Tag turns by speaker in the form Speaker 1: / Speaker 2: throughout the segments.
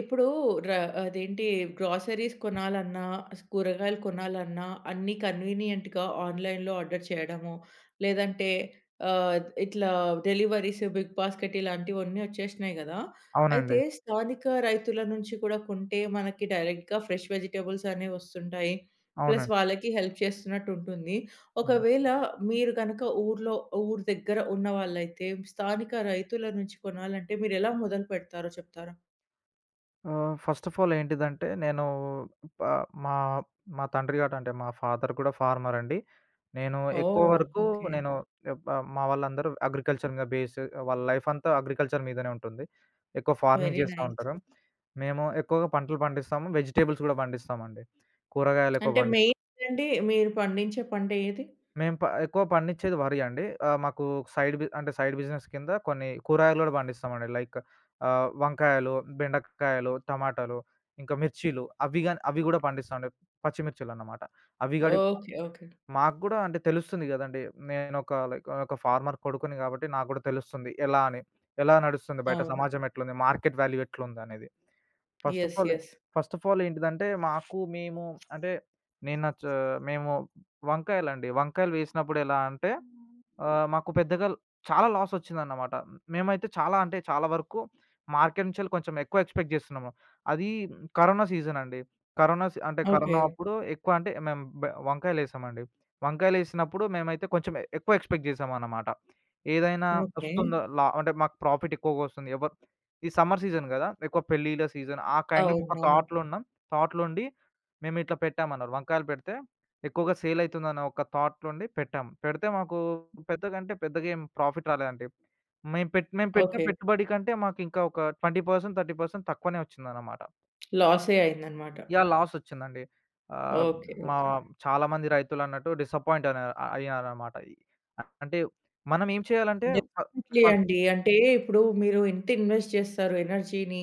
Speaker 1: ఇప్పుడు ర అదేంటి గ్రోసరీస్ కొనాలన్నా, కూరగాయలు కొనాలన్నా అన్నీ కన్వీనియంట్‌గా ఆన్‌లైన్‌లో ఆర్డర్ చేయడము, లేదంటే ఆహ్, ఇట్లా డెలివరీస్ బిగ్ బాస్కెట్ ఇలాంటివన్నీ వచ్చేసినాయి గదా! అయితే
Speaker 2: అవునండి.
Speaker 1: స్థానిక రైతుల నుంచి కూడా కొంటే మనకి డైరెక్ట్‌గా ఫ్రెష్ వెజిటబుల్స్ అనేవి వస్తుంటాయి. ప్లస్
Speaker 2: అవునండి.
Speaker 1: వాళ్ళకి హెల్ప్ చేస్తున్నట్టు ఉంటుంది.
Speaker 2: హ్మ్.
Speaker 1: ఒకవేళ మీరు గనక ఊరు దగ్గర ఉన్నవాళ్ళైతే స్థానిక రైతుల నుంచి కొనాలంటే మీరెలా మొదలు పెడతారో చెప్తారా?
Speaker 2: ఫస్ట్ ఆఫ్ ఆల్ ఏంటిదంటే నేను ప మా మా తండ్రి గారు అంటే మా ఫాదర్ కూడా ఫార్మర్ అండి. నేను ఎక్కువ
Speaker 1: ఓహ్!
Speaker 2: వరకు
Speaker 1: ఓకే.
Speaker 2: నేను మా వాళ్ళందరూ అగ్రికల్చర్ మీద వాళ్ళ లైఫ్ అంతా అగ్రికల్చర్ మీదనే ఉంటుంది. ఎక్కువ ఫార్మింగ్
Speaker 1: వెరీ
Speaker 2: చేస్తా
Speaker 1: నైస్.
Speaker 2: ఉంటారు. మేము ఎక్కువగా పంటలు పండిస్తాము. వెజిటబుల్స్ కూడా పండిస్తామండి. కూరగాయలు ఎక్కువ
Speaker 1: అంటే
Speaker 2: పండిస్తాం.
Speaker 1: మెయిన్ ఏంటండి మీరు పండించే పంట ఏది?
Speaker 2: మేము ఎక్కువ పండించేది వరి అండి. మాకు సైడ్ బి అంటే సైడ్ బిజినెస్ కింద కొన్ని కూరగాయలు గూడా పండిస్తామండి. లైక్ వంకాయలు, బెండకాయలు, టమాటాలు, ఇంకా మిర్చీలు అవి గూడా పండిస్తామండి. పచ్చిమిర్చిలన్నమాట. అవి గడి
Speaker 1: ఓకే. ఓకే.
Speaker 2: మాకు గూడా అంటే తెలుస్తుంది గదండీ. నేనొక లైక్ ఒక ఫార్మర్ కొడుకుని గాబట్టి నాకు గూడా తెలుస్తుంది ఎలా అని. ఎలా నడుస్తుంది, బయట
Speaker 1: అవును.
Speaker 2: సమాజం ఎట్లుంది, మార్కెట్ వాల్యూ ఎట్లుందనేది. First of
Speaker 1: yes.
Speaker 2: All
Speaker 1: yes.
Speaker 2: First of all ఏంటిదంటే, మాకు మేము అంటే నేను నా చ మేము వంకాయలండి. వంకాయలు వేసినప్పుడు ఎలా అంటే మాకు పెద్దగా చాలా లాసొచ్చిందన్నమాట. మేమైతే చాలా అంటే చాలా వరకు మార్కెట్ నుంచెల్లి కొంచెం ఎక్కువ ఎక్స్‌పెక్ట్ జేస్తున్నాము. అది కరోనా సీజనండి.
Speaker 1: ఓకే.
Speaker 2: కరోనా అప్పుడు ఎక్కువ అంటే మేము వంకాయలేసామండి. వంకాయలేసినప్పుడు మేమైతే కొంచెం ఎక్కువ ఎక్స్‌పెక్ట్ జేసామన్నమాట. ఏదైనా
Speaker 1: ఓకే.
Speaker 2: ఒస్తుందో లా అంటే మాకు ప్రాఫిట్ ఎక్కువగొస్తుంది. ఎవరు ఈ సమ్మర్ సీజన్ గదా! ఎక్కువ పెళ్ళిళ్ళ సీజన్. ఆ కైండ్ ఆఫ్ ఒక
Speaker 1: అవునవును.
Speaker 2: థాట్‌లో ఉన్నాం. థాట్‌లో ఉండి మేమిట్లా పెట్టామన్నారు. వంకాయలు పెడితే ఎక్కువగా సేల్ అయితుందన్న ఒక థాట్‌లో ఉండి పెట్టాం. పెడితే మాకు పెద్దగా అంటే పెద్దగా ఏం ప్రాఫిట్ రాలేదండి. మేము పెట్టిన
Speaker 1: ఓకే.
Speaker 2: పెట్టుబడి కంటే మాకింకా ఒక 20%, 30% తక్కువనే వచ్చిందన్నమాట.
Speaker 1: లాసే అయిందనమాట.
Speaker 2: యాహ్! లాస్ వచ్చిందండి. ఆహ్,
Speaker 1: ఓకే.
Speaker 2: మా
Speaker 1: ఓకే.
Speaker 2: చాలా మంది రైతులన్నట్టు డిసప్పాయింట్ అన అయ్యారన్నమాట. అంటే మనం ఏం చేయాలంటే ఫ
Speaker 1: డెఫినైట్‌లీ
Speaker 2: ఫ
Speaker 1: అండి. అంటే ఇప్పుడు మీరు ఎంత ఇన్వెస్ట్ చేస్తారు ఎనర్జీని,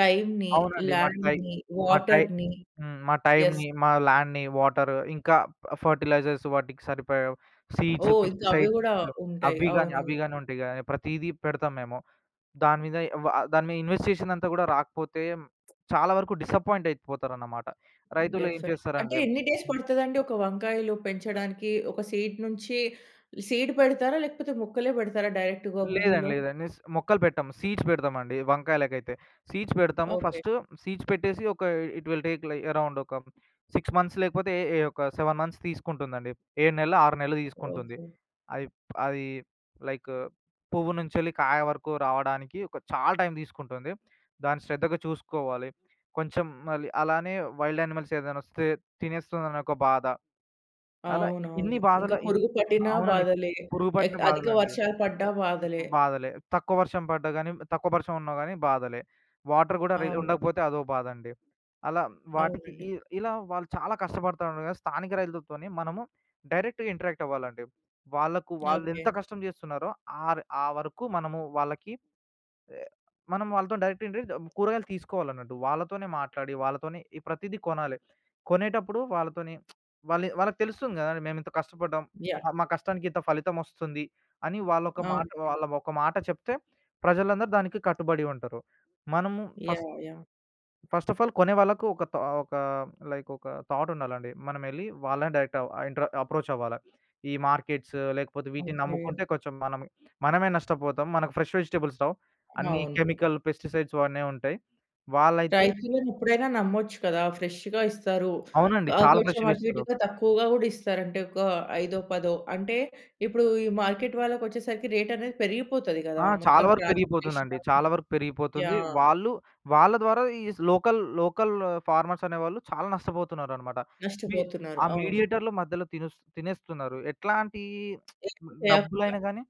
Speaker 1: టైమ్‌ని,
Speaker 2: అవునండి. మా టై
Speaker 1: ల్యాండ్‌ని,
Speaker 2: మా టై
Speaker 1: వాటర్‌ని.
Speaker 2: హ్మ్. మా
Speaker 1: యెస్.
Speaker 2: టైమ్‌ని, మా ల్యాండ్‌ని, వాటర్ ఇంకా ఫెర్టిలైజర్స్, వాటికి సరిపోయే సీడ్స్,
Speaker 1: ఓహ్! ఇంకా అవి
Speaker 2: పెస్టిసైడ్స్
Speaker 1: గూడా ఉంటాయి. అవునవును.
Speaker 2: అవి గాని ఉంటాయి గదా! ప్రతీదీ పెడతాం మేము. దాని మీద వ దాని మీద ఇన్వెస్ట్ చేసిందంతా గూడా రాకపోతే చాలా వరకు డిసప్పాయింట్ అయిపోతారన్నమాట. రైతులు ఏం
Speaker 1: డెఫినెట్. అంటే
Speaker 2: చేస్తారంటే
Speaker 1: ఎన్ని డేస్ పడతదండి ఒక వంకాయలు పెంచడానికి? ఒక సీడ్ నుంచి సీడ్ పెడతారా? లేకపోతే మొక్కలే పెడతారా డైరెక్ట్‌గా
Speaker 2: లేదండి.
Speaker 1: భూమిలో?
Speaker 2: లేదండి. మొక్కలు పెట్టము. సీడ్స్ పెడతామండి వంకాయలకైతే. సీడ్స్ పెడతాము.
Speaker 1: ఓకే.
Speaker 2: సీడ్స్ పెట్టేసి ఒక it will take lie around ఒక 6 మంత్స్ లేకపోతే ఏ ఏ ఒక 7 మంత్స్ తీసుకుంటుందండి. 7 నెలలు, 6 నెలలు తీసుకుంటుంది.
Speaker 1: ఓకే.
Speaker 2: అది అది లైక్ పువ్వు నుంచెళ్ళి కాయ వరకు రావడానికి ఒక చాలా టైం తీసుకుంటుంది. దాన్ని శ్రద్ధగా చూసుకోవాలి. కొంచెం మళ్ళీ అలానే వైల్డ్ యానిమల్స్ ఏదైనా వస్తే తినేస్తుందన్న ఒక బాధ. అలా ఇన్ని
Speaker 1: అవునవును. ఇంకా
Speaker 2: బాధలు ఇ
Speaker 1: పురుగు పట్టినా
Speaker 2: అవునండి.
Speaker 1: బాధలే.
Speaker 2: పురుగు పట్టిన
Speaker 1: అధిక
Speaker 2: బాధలండి.
Speaker 1: వర్షాలు పడ్డా బాధలే.
Speaker 2: బాధలే. తక్కువ వర్షం పడ్డా గాని, తక్కువ వర్షం ఉన్నా గాని బాధలే. వాటర్ గూడా
Speaker 1: అవును.
Speaker 2: ఉండకపోతే అదో బాధండి. అలా వాటికి
Speaker 1: అవునండి.
Speaker 2: ఇ ఇలా వాళ్ళు చాలా కష్టపడతా ఉండగా స్థానిక రైతులతోని మనము డైరెక్ట్‌గా ఇంటరాక్ట్ అవ్వాలండి. వాళ్ళకు
Speaker 1: ఓకే.
Speaker 2: వాళ్ళెంత కష్టం జేస్తున్నారో ఆ వరకు మనము వాళ్ళకి ఏ మనం వాళ్ళతోని డైరెక్ట్ ఏంటి కూరగాయలు తీసుకోవాలన్నట్టు. వాళ్ళతోనే మాట్లాడి, వాళ్ళతోనే ఈ ప్రతీదీ కొనాలి. కొనేటప్పుడు వాళ్ళతోని వాళ్ళి వాళ్ళకి తెలుస్తుంది గదండీ, మేమింత కష్టపడ్డాం,
Speaker 1: యాహ్!
Speaker 2: మా మా కష్టానికి ఇంత ఫలితమొస్తుంది అని.
Speaker 1: అవునండి.
Speaker 2: వాళ్ళ ఒక మాట చెప్తే ప్రజలందరూ దానికి కట్టుబడి ఉంటారు. మనము first
Speaker 1: yeah! Yeah!
Speaker 2: First of all కొనే వాళ్ళకు ఒక థా ఒక లైక్ ఒక థాట్ ఉండాలండి. మనమెళ్లి వాళ్ళని డైరెక్ట్ ఆహ్, ఇంట్ర అప్రోచ్ అవ్వాల. ఈ మార్కెట్స్ లేకపోతే, వీటిని
Speaker 1: ఓకే.
Speaker 2: నమ్ముకుంటే కొంచెం మనం మనమే నష్టపోతాం. మనకు ఫ్రెష్ వెజిటబుల్స్ రావు. అన్నీ
Speaker 1: అవును.
Speaker 2: కెమికల్, పెస్టిసైడ్స్ అవన్నీ ఉంటాయి. వాళ్ళైతే
Speaker 1: రైతులను ఎప్పుడైనా నమ్మొచ్చు కదా! ఫ్రెష్‌గా ఇస్తారు.
Speaker 2: అవునండి, చాలా
Speaker 1: కొంచెం
Speaker 2: ఫ్రెష్‌గా
Speaker 1: అటు
Speaker 2: ఇస్తారు.
Speaker 1: ఇటుగా తక్కువగా గూడా ఇస్తారంటే ఒక ఐదో, పదో. అంటే ఇప్పుడు ఈ మార్కెట్ వాళ్ళకొచ్చేసరికి రేట్ అనేది పెరిగిపోతది
Speaker 2: ఆ!
Speaker 1: గదా!
Speaker 2: చాలా
Speaker 1: మొత్తం
Speaker 2: వరకు
Speaker 1: ట్రాన్స్‌పోర్టేషన్
Speaker 2: పెరిగిపోతుందండి.
Speaker 1: అని.
Speaker 2: చాలా వరకు పెరిగిపోతుంది.
Speaker 1: యాహ్!
Speaker 2: వాళ్ళ ద్వారా ఈ లోకల్ ఫార్మర్స్ అనేవాళ్ళు చాలా నష్టపోతున్నారనమాట. వి
Speaker 1: నష్టపోతున్నారు.
Speaker 2: ఆ
Speaker 1: అవును.
Speaker 2: మీడియేటర్‌లు మధ్యలో తినేస్తున్నారు. ఎట్లాంటి
Speaker 1: ఏమి చేయకుండా.
Speaker 2: డబ్బులైనా గానీ,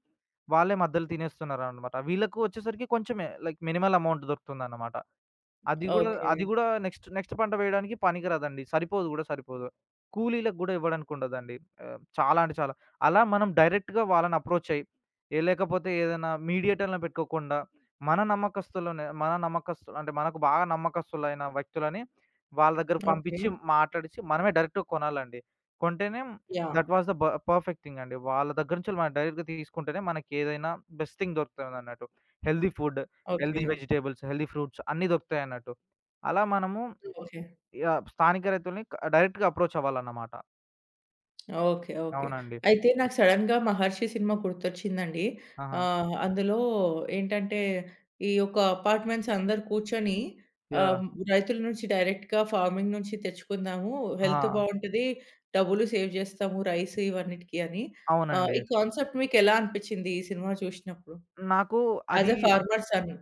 Speaker 2: వాళ్ళే మధ్యలో తినేస్తున్నారనమాట. వీళ్ళకు వచ్చేసరికి కొంచెమే, లైక్ మినిమల్ అమౌంట్ దొరుకుతుందన్నమాట. అది గూడా
Speaker 1: ఓకే.
Speaker 2: అది గూడా నెక్స్ట్ నెక్స్ట్ పంట వేయడానికి పనికిరాదండి. సరిపోదు. కూలీలకు గూడా ఇవ్వడానికి ఉండదండి. చాలా అంటే చాలా. అలా మనం డైరెక్ట్‌గా వాళ్ళని అప్రోచ్ అయ్యి, ఏ లేకపోతే ఏదైనా మీడియేటర్‌లను పెట్టుకోకుండా, మన నమ్మకస్తులనే మన నమ్మకస్తు అంటే మనకు బాగా నమ్మకస్తులైన వ్యక్తులని వాళ్ళ దగ్గరకు
Speaker 1: ఓకే.
Speaker 2: పంపించి, మాట్లాడిచి మనమే డైరెక్ట్‌గా కొనాలండి. కొంటేనే
Speaker 1: యాహ్!
Speaker 2: దట్ వాస్ ద బ పర్ఫెక్ట్ థింగ్ అండి. వాళ్ళ దగ్గర నుంచి మనం డైరెక్ట్‌గా తీసుకుంటేనే మనకేదైనా బెస్ట్ థింగ్ దొరుకుతుందన్నట్టు. Healthy food, healthy
Speaker 1: okay.
Speaker 2: Vegetables, healthy fruits అన్నీ దొరుకుతాయన్నట్టు. అలా మనము
Speaker 1: ఓకే.
Speaker 2: యాహ్, స్థానిక రైతుల్ని డైరెక్ట్‌గా అప్రోచ్ అవ్వాలన్నమాట.
Speaker 1: ఓకే. ఓకే.
Speaker 2: అవునండి.
Speaker 1: అయితే నాకు సడెన్‌గా 'మహర్షి' సినిమా గుర్తొచ్చిందండి.
Speaker 2: ఆహా!
Speaker 1: అందులో ఏంటంటే, ఈ యొక్క అపార్ట్‌మెంట్స్ అందరూ కూర్చొని
Speaker 2: యాహ్!
Speaker 1: ఆహ్, రైతుల నుంచి డైరెక్ట్‌గా ఫార్మింగ్ నుంచి తెచ్చుకుందాము. హెల్త్
Speaker 2: ఆ!
Speaker 1: బావుంటది. డబ్బులు సేవ్ చేస్తాము. రైస్ ఇవన్నిటికి అని.
Speaker 2: అవునండి.
Speaker 1: ఈ కాన్సెప్ట్ మీకెలా అనిపిచ్చింది ఈ సినిమా చూషినప్పుడు?
Speaker 2: నాకు అది
Speaker 1: యాజ్ ఎ ఫార్మర్ సన్.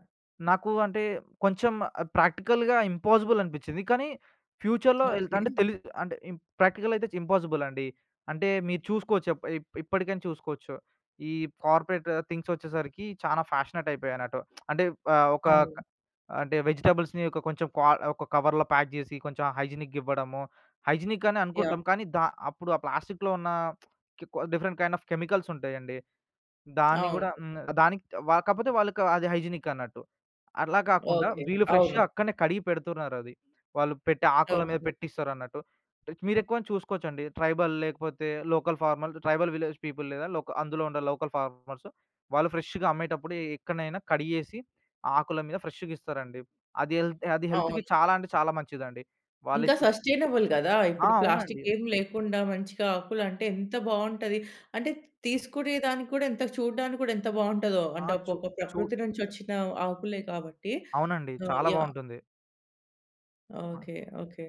Speaker 2: నాకు అంటే కొంచెం ప్రాక్టికల్‌గా ఇంపాసిబుల్ అనిపిచ్చింది. కానీ ఫ్యూచర్‌లో ఓకే. ఎళ్తా
Speaker 1: ఓకే.
Speaker 2: అంటే తెలి అంటే ప్రాక్టికల్ అయితే ఇంపాసిబుల్ అండి. అంటే మీరు చూసుకోవచ్చు, ఇప్ ఇప్ ఇప్పటికైనా చూసుకోవచ్చు. ఈ కార్పొరేట్ థింగ్స్ వచ్చేసరికి చాలా ఫ్యాషనేట్ అయిపోయాయన్నట్టు. అంటే ఆహ్, ఒక క
Speaker 1: అవును.
Speaker 2: అంటే వెజిటబుల్స్‌ని ఒక కొంచెం కా ఒక కవర్‌లో ప్యాక్ జేసి కొంచెం హైజీనిక్‌గా ఇవ్వడము. హైజీనిక్ అని
Speaker 1: యాహ్!
Speaker 2: అనుకుంటాం. కానీ అప్పుడు ఆ ప్లాస్టిక్‌లో ఉన్న కి కొ డిఫరెంట్ కైండ్ ఆఫ్ కెమికల్స్ ఉంటాయండి. దాన్ని
Speaker 1: అవును.
Speaker 2: గూడా హ్మ్. దానికి వా కాపోతే వాళ్ళకి అది హైజీనిక్ అన్నట్టు. అలా కాకుండా
Speaker 1: ఓకే.
Speaker 2: వీళ్ళు
Speaker 1: అవును.
Speaker 2: ఫ్రెష్‌గా అక్కడనే కడిగి పెడుతున్నారది. వాళ్ళు పెట్టే ఆకుల మీద
Speaker 1: ఓకే.
Speaker 2: పెట్టిస్తారన్నట్టు. మీరెక్కువ చూసుకోవచ్చండి. ట్రైబల్ విలేజ్ పీపుల్, లేదా అందులో ఉండే లోకల్ ఫార్మర్స్ వాళ్ళు ఫ్రెష్‌గా అమ్మేటప్పుడు ఎక్కడనైనా కడిగేసి ఆకుల మీద ఫ్రెష్‌గా ఇస్తారండి. అది హెల్త్‌కి
Speaker 1: అవును.
Speaker 2: చాలా అంటే చాలా మంచిదండి.
Speaker 1: ఇంకా
Speaker 2: వాళ్ళిచ్చు
Speaker 1: సస్టైనబుల్ గదా!
Speaker 2: ఆ!
Speaker 1: ఇప్పుడు
Speaker 2: అవునండి.
Speaker 1: ప్లాస్టిక్ ఏం లేకుండా మంచిగా ఆకులు అంటే ఎంత బావుంటది. అంటే తీసుకునే దానికి కూడా ఎంత చూడడానికి కూడా ఎంత బావుంటదో.
Speaker 2: ఆ!
Speaker 1: అంటే ఒక
Speaker 2: చు
Speaker 1: ఒక
Speaker 2: చు
Speaker 1: ప్రకృతి నుంచి వచ్చిన ఆకులే కాబట్టి.
Speaker 2: అవునండి,
Speaker 1: ఆహ్,
Speaker 2: చాలా
Speaker 1: యాహ్!
Speaker 2: బావుంటుంది.
Speaker 1: ఓకే. ఓకే.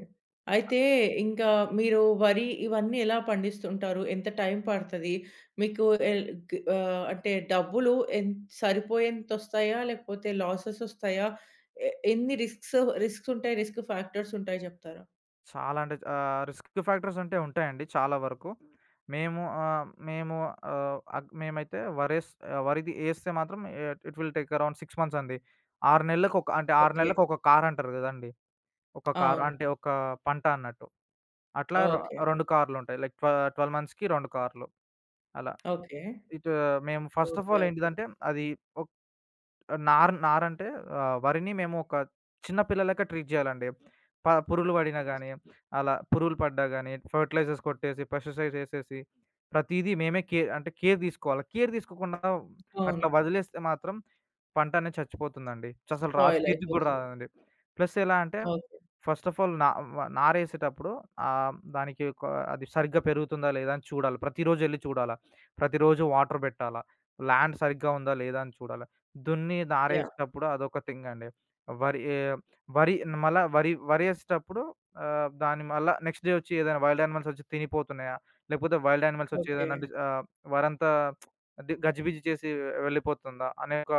Speaker 1: అయితే ఇంకా మీరు వరి ఇవన్నీ ఎలా పండిస్తుంటారు? ఎంత టైం పడతది? మీకు అంటే డబ్బులు ఎన్ సరిపోయేంతొస్తాయా? లేకపోతే లాసెస్ ఒస్తాయా? ఎ ఎన్ని రిస్క్స్ రిస్క్స్ ఉంటాయి? రిస్క్ ఫ్యాక్టర్స్ ఉంటాయి జెప్తారా?
Speaker 2: చాలా అంటే రిస్క్ ఫ్యాక్టర్స్ అంటే ఉంటాయండి చాలా వరకు. మేము ఆహ్, మేము ఆహ్, అగ్ మేమైతే వరేస్ ఆహ్, వరిది ఏస్తే మాత్రం it it will take around 6 months అండి. 6
Speaker 1: ఓకే.
Speaker 2: నెలలకు ఒక కార్ అంటారు గదండీ! ఒక కార్
Speaker 1: అవును.
Speaker 2: అంటే ఒక పంట అన్నట్టు. అట్లా రొ
Speaker 1: ఓకే.
Speaker 2: 2 కార్లుంటాయి. లైక్, 12 మంత్స్‌కి 2 కార్లు అలా.
Speaker 1: ఓకే.
Speaker 2: ఇటు మేము first of
Speaker 1: okay.
Speaker 2: All
Speaker 1: okay.
Speaker 2: ఏంటిదంటే, అది ఒక నారంటే వరిని మేము ఒక చిన్న పిల్లలెక్క ట్రీట్ జేయాలండి. ప పురుగులు పడినా గానీ, అలా పురుగులు పడ్డా గానీ, ఫెర్టిలైజర్స్ కొట్టేసి, పెస్టిసైడ్స్ ఏసేసి, ప్రతీదీ మేమే కేర్ తీసుకోవాలి. కేర్ తీసుకోకుండా
Speaker 1: అవును.
Speaker 2: అట్లా వదిలేస్తే మాత్రం పంట అనేది చచ్చిపోతుందండి. అసలు రాదు,
Speaker 1: స్పాయిల్
Speaker 2: చేతికి గూడా
Speaker 1: అయిపోతుంది.
Speaker 2: రాదండి. ప్లస్ ఎలా అంటే
Speaker 1: ఓకే.
Speaker 2: ఫస్ట్ ఆఫ్ ఆల్ నా వ నారేసేటప్పుడు ఆహ్, దానికి ఒక అది సరిగ్గా పెరుగుతుందా లేదా అని చూడాలి. ప్రతిరోజెళ్లి చూడాలా. ప్రతిరోజు వాటర్ బెట్టాలా. ల్యాండ్ సరిగ్గా ఉందా లేదా అని చూడాల. దున్ని
Speaker 1: యాహ్!
Speaker 2: నారేసేటప్పుడు అదొక థింగ్ అండి. వరి ఆహ్, వరి మళ్ళా వరి వరేసేటప్పుడు దాన్ని మళ్ళా నెక్స్ట్ డే వచ్చి ఏదైనా వైల్డ్ యానిమల్స్ వచ్చి తినిపోతున్నాయా, లేకపోతే వైల్డ్ యానిమల్స్ వచ్చి
Speaker 1: ఓకే.
Speaker 2: ఏదైనా వరంతా గజిబిజి చేసి వెళ్ళిపోతుందా అనే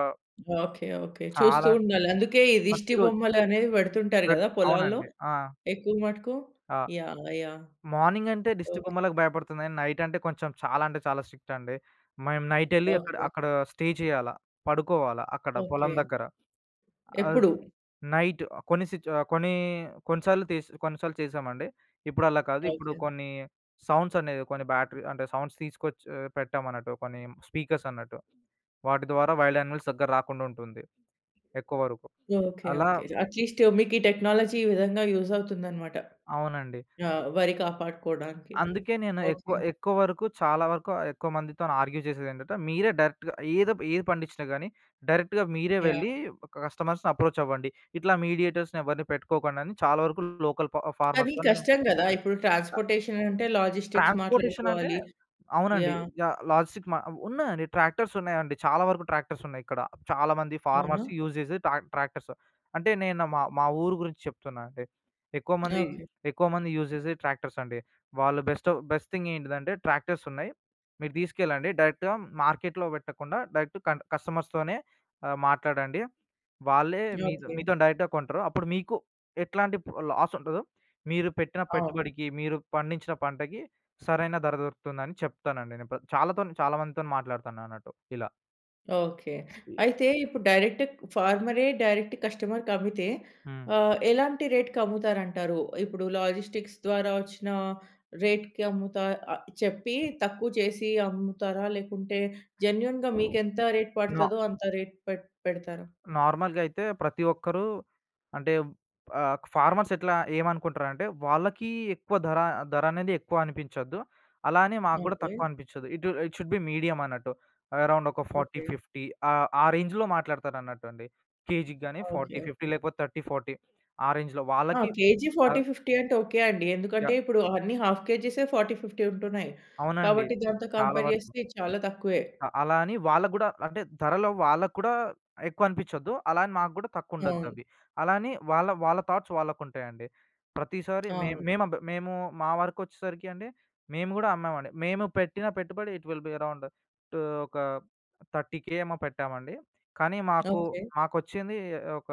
Speaker 1: ఓకే. ఓకే. చూస్తూ
Speaker 2: చాలా
Speaker 1: ఉండాలి. అందుకే ఈ దిష్టి
Speaker 2: ప్రతిరోజు
Speaker 1: బొమ్మలనేవి పెడుతుంటారు
Speaker 2: పెడ్
Speaker 1: గదా! పొలాల్లో
Speaker 2: అవునండి. ఆ!
Speaker 1: ఎక్కువ మటుకు.
Speaker 2: ఆ!
Speaker 1: యాహ్! యాహ్!
Speaker 2: మార్నింగ్ అంటే దిష్టి
Speaker 1: ఓకే.
Speaker 2: బొమ్మలకు భయపడుతుంది గానీ, నైట్ అంటే కొంచెం చాలా అంటే చాలా స్ట్రిక్ట్ అండి. మేము నైట్ ఎళ్లి అక్కడ
Speaker 1: ఓకే.
Speaker 2: అక్కడ స్టే చేయాలా, పడుకోవాలా అక్కడ పొలం
Speaker 1: ఓకే.
Speaker 2: దగ్గర. ఆహ్
Speaker 1: ఎప్పుడు?
Speaker 2: నైట్ కొన్ని సిచ్ ఆహ్, కొన్ని కొన్నిసార్లు తీస్ కొన్నిసార్లు చేశామండి. ఇప్పుడు అలా కాదు. ఇప్పుడు
Speaker 1: ఓకే.
Speaker 2: కొన్ని సౌండ్స్ అనేది, కొన్ని బ్యాటరీ అంటే సౌండ్స్ తీసుకొచ్చి పెట్టామన్నట్టు, కొన్ని స్పీకర్స్ అన్నట్టు. వాటి ద్వారా వైల్డ్ యానిమల్స్ దగ్గర రాకుండా ఉంటుంది ఎక్కువ వరకు.
Speaker 1: ఓకే.
Speaker 2: అలా
Speaker 1: ఓకే. అట్‌లీస్ట్ మీకు ఈ టెక్నాలజీ ఈ విధంగా యూజ్ అవుతుందన్నమాట.
Speaker 2: అవునండి.
Speaker 1: ఆ! వరి కాపాడుకోవడానికి.
Speaker 2: అందుకే నేను
Speaker 1: ఓకే.
Speaker 2: ఎక్కువ ఎక్కువ వరకు చాలా వరకు ఎక్కువ మందితోని ఆర్గ్యూ చేసేదేంటంటే, మీరే డైరెక్ట్‌గా ఏదో ఏది పండించినా గాని డైరెక్ట్‌గా మీరే
Speaker 1: యాహ్!
Speaker 2: వెళ్లి కస్టమర్స్‌ని అప్రోచ్ అవ్వండి. ఇట్లా మీడియేటర్స్‌ని ఎవరిని పెట్టుకోకండి అని చాలా వరకు లోకల్
Speaker 1: కానీ
Speaker 2: ఫార్మర్స్‌తో నేను
Speaker 1: కష్టం గదా! ఇప్పుడు ట్రాన్స్‌పోర్టేషన్ అంటే లాజిస్టిక్స్
Speaker 2: ట్రాన్స్‌పోర్టేషన్ అంటే
Speaker 1: మాట్లాడుకోవాలి.
Speaker 2: అవునండి.
Speaker 1: యాహ్!
Speaker 2: యాహ్! లాజిస్టిక్ మా ఉన్నాయండి. ట్రాక్టర్స్ ఉన్నాయండి. చాలా వరకు ట్రాక్టర్స్ ఉన్నాయి ఇక్కడ. చాలా మంది
Speaker 1: అవునా?
Speaker 2: ఫార్మర్స్ యూజ్ చేసేది ట్రాక్టర్స్. అంటే నేను మా మా ఊరు గురించి చెప్తున్నా అండి. ఎక్కువ మంది
Speaker 1: ఓకే.
Speaker 2: ఎక్కువ మంది యూజ్ చేసేది ట్రాక్టర్స్ అండి. వాళ్ళు బెస్ట్ బెస్ట్ థింగ్ ఏంటిదంటే, ట్రాక్టర్స్ ఉన్నాయి, మీరు తీసుకెళ్ళండి. డైరెక్ట్‌గా మార్కెట్‌లో పెట్టకుండా డైరెక్ట్ కస్టమర్స్‌తోనే మాట్లాడండి. వాళ్ళే మీ
Speaker 1: ఓకే.
Speaker 2: మీతో డైరెక్ట్‌గా కొంటారు. అప్పుడు మీకు ఎట్లాంటి లాస్ ఉండదు. మీరు పెట్టిన
Speaker 1: అవును.
Speaker 2: పెట్టుబడికి, మీరు పండించిన పంటకి సరైన ధర దొరుకుతుందని చెప్తానండి. నేను ప్ర చాలాతోని చాలా మందితోని మాట్లాడుతానన్నట్టు ఇలా.
Speaker 1: ఓకే. అయితే ఇప్పుడు ఫార్మరే డైరెక్ట్ కస్టమర్‌కి అమ్మితే
Speaker 2: హ్మ్.
Speaker 1: ఎలాంటి రేట్‌కి అమ్ముతారంటారు? ఇప్పుడు లాజిస్టిక్స్ ద్వారా వచ్చిన రేట్‌కి అమ్ముతా ఆహ్, చెప్పి తక్కువ చేసి అమ్ముతారా? లేకుంటే జెన్యూన్‌గా
Speaker 2: హ్మ్.
Speaker 1: మీకెంత రేట్
Speaker 2: నా
Speaker 1: పడతదో అంత రేట్ పెడతారా?
Speaker 2: నార్మల్‌గా అయితే ప్రతి ఒక్కరు అంటే ఫార్మర్స్ ఎట్లా ఏమనుకుంటారంటే వాళ్ళకి ఎక్కువ ధర ధర అనేది ఎక్కువ అనిపించొద్దు. అలా అని మాకు గూడా
Speaker 1: ఓకే.
Speaker 2: తక్కువ అనిపించదు. It it should be medium అన్నట్టు. అరౌండ్ ఒక 40,
Speaker 1: ఓకే.
Speaker 2: 50, ఆ రేంజ్‌లో మాట్లాడతారన్నట్టు అండి. కేజీకి గాని
Speaker 1: ఓకే.
Speaker 2: 40,
Speaker 1: ఓకే.
Speaker 2: 50 లేకపోతే 30, 40, ఆ రేంజ్‌లో
Speaker 1: ఆ!
Speaker 2: వాళ్ళకి
Speaker 1: కేజీ 40,
Speaker 2: ఆహ్,
Speaker 1: 50 అంటే ఓకే అండి. ఎందుకంటే
Speaker 2: యాహ్!
Speaker 1: ఇప్పుడు అన్నీ హాఫ్ కేజీసే 40, 50 ఉంటున్నాయి.
Speaker 2: అవునండి.
Speaker 1: కాబట్టి దాంతో
Speaker 2: చాలా
Speaker 1: కంపేర్
Speaker 2: వరకు.
Speaker 1: చేస్తే చాలా తక్కువే.
Speaker 2: అలా అని వాళ్ళకి గూడా అంటే ధరలో వాళ్ళకి కూడా ఎక్కువనిపిచ్చొద్దు. అలా అని మాకు గూడా
Speaker 1: అవును.
Speaker 2: తక్కువుండొద్దవి. అలా అని వాళ్ళ వాళ్ళ థాట్స్ వాళ్ళకుంటాయండి. ప్రతిసారి మే
Speaker 1: అవును.
Speaker 2: మేమబ్ మేము మా వరకొచ్చేసరికి అండి, మేము గూడా అమ్మామండి. మేము పెట్టిన పెట్టుబడి it will be around to ఒక 30,000 ఏమో పెట్టామండి. కానీ మాకు
Speaker 1: ఓకే.
Speaker 2: మాకొచ్చింది ఒక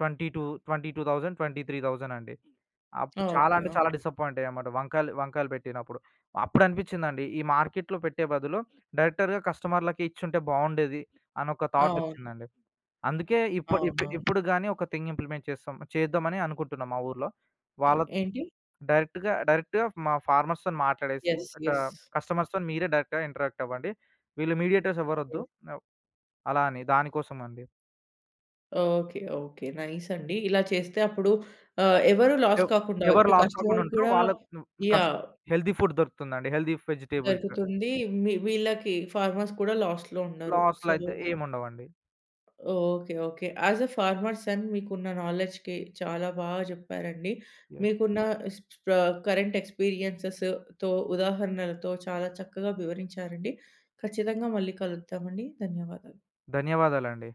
Speaker 2: 22, 22,000, 23,000 అండి.
Speaker 1: ఆ!
Speaker 2: చాలా
Speaker 1: ఓకే.
Speaker 2: అంటే చాలా
Speaker 1: ఓకే.
Speaker 2: డిసప్పాయింట్ అయ్యామమాట వంకాయలు వంకాయలు పెట్టినప్పుడు. అప్పుడనిపిచ్చిందండి ఈ మార్కెట్‌లో పెట్టే బదులు డైరెక్టర్‌గా కస్టమర్‌లకి ఇచ్చుంటే బావుండేది అనొక
Speaker 1: అవును.
Speaker 2: థాటొచ్చిందండి. అందుకే ఇప్పుడు ఇప్పు
Speaker 1: అవునవును.
Speaker 2: ఇప్పుడు గాని ఒక థింగ్ ఇంప్లిమెంట్ చేద్దామని అనుకుంటున్నాం మా ఊర్లో. వాళ్ళ
Speaker 1: ఏంటి?
Speaker 2: డైరెక్ట్‌గా డైరెక్ట్‌గా మా ఫార్మర్స్‌తోని మాట్లాడేసి
Speaker 1: యెస్. యెస్.
Speaker 2: కస్టమర్స్‌తోని మీరే డైరెక్ట్‌గా ఇంటరాక్ట్ అవ్వండి. వీళ్ళు మీడియేటర్స్ ఎవరొద్దు.
Speaker 1: హ్మ్.
Speaker 2: ఆహ్, అలా అని దానికోసం అండి.
Speaker 1: ఓకే. ఓకే. నైస్ అండి. ఇలా చేస్తే అప్పుడు ఎవరు లాస్
Speaker 2: ఎవ్
Speaker 1: కాకుండా
Speaker 2: ఎవరు
Speaker 1: ఇటు
Speaker 2: లాస్ కాకుండా
Speaker 1: కస్టమర్
Speaker 2: ఉంటారో,
Speaker 1: కూడా
Speaker 2: వాళ్ళకి ను కష్టం
Speaker 1: యాహ్!
Speaker 2: హెల్తీ ఫుడ్ దొరుకుతుందండి, హెల్తీ వెజిటబుల్స్.
Speaker 1: దొరుకుతుంది. వీళ్ళకి ఫార్మర్స్ కూడా లాస్‌లో ఉండరు. సో
Speaker 2: లాస్‌లయితే ఏముండవండి.
Speaker 1: Okay. Okay. As a farmer son మీకున్న నాలెడ్జ్‌కి చాలా బాగా జెప్పారండి.
Speaker 2: యాహ్!
Speaker 1: మీకున్న స్ ప్ర కరెంట్ ఎక్స్‌పీరియన్సెస్‌తో, ఉదాహరణలతో చాలా చక్కగా వివరించారండి. ఖచ్చితంగా మళ్ళీ కలుద్దామండి. ధన్యవాదాలు.
Speaker 2: ధన్యవాదాలండి.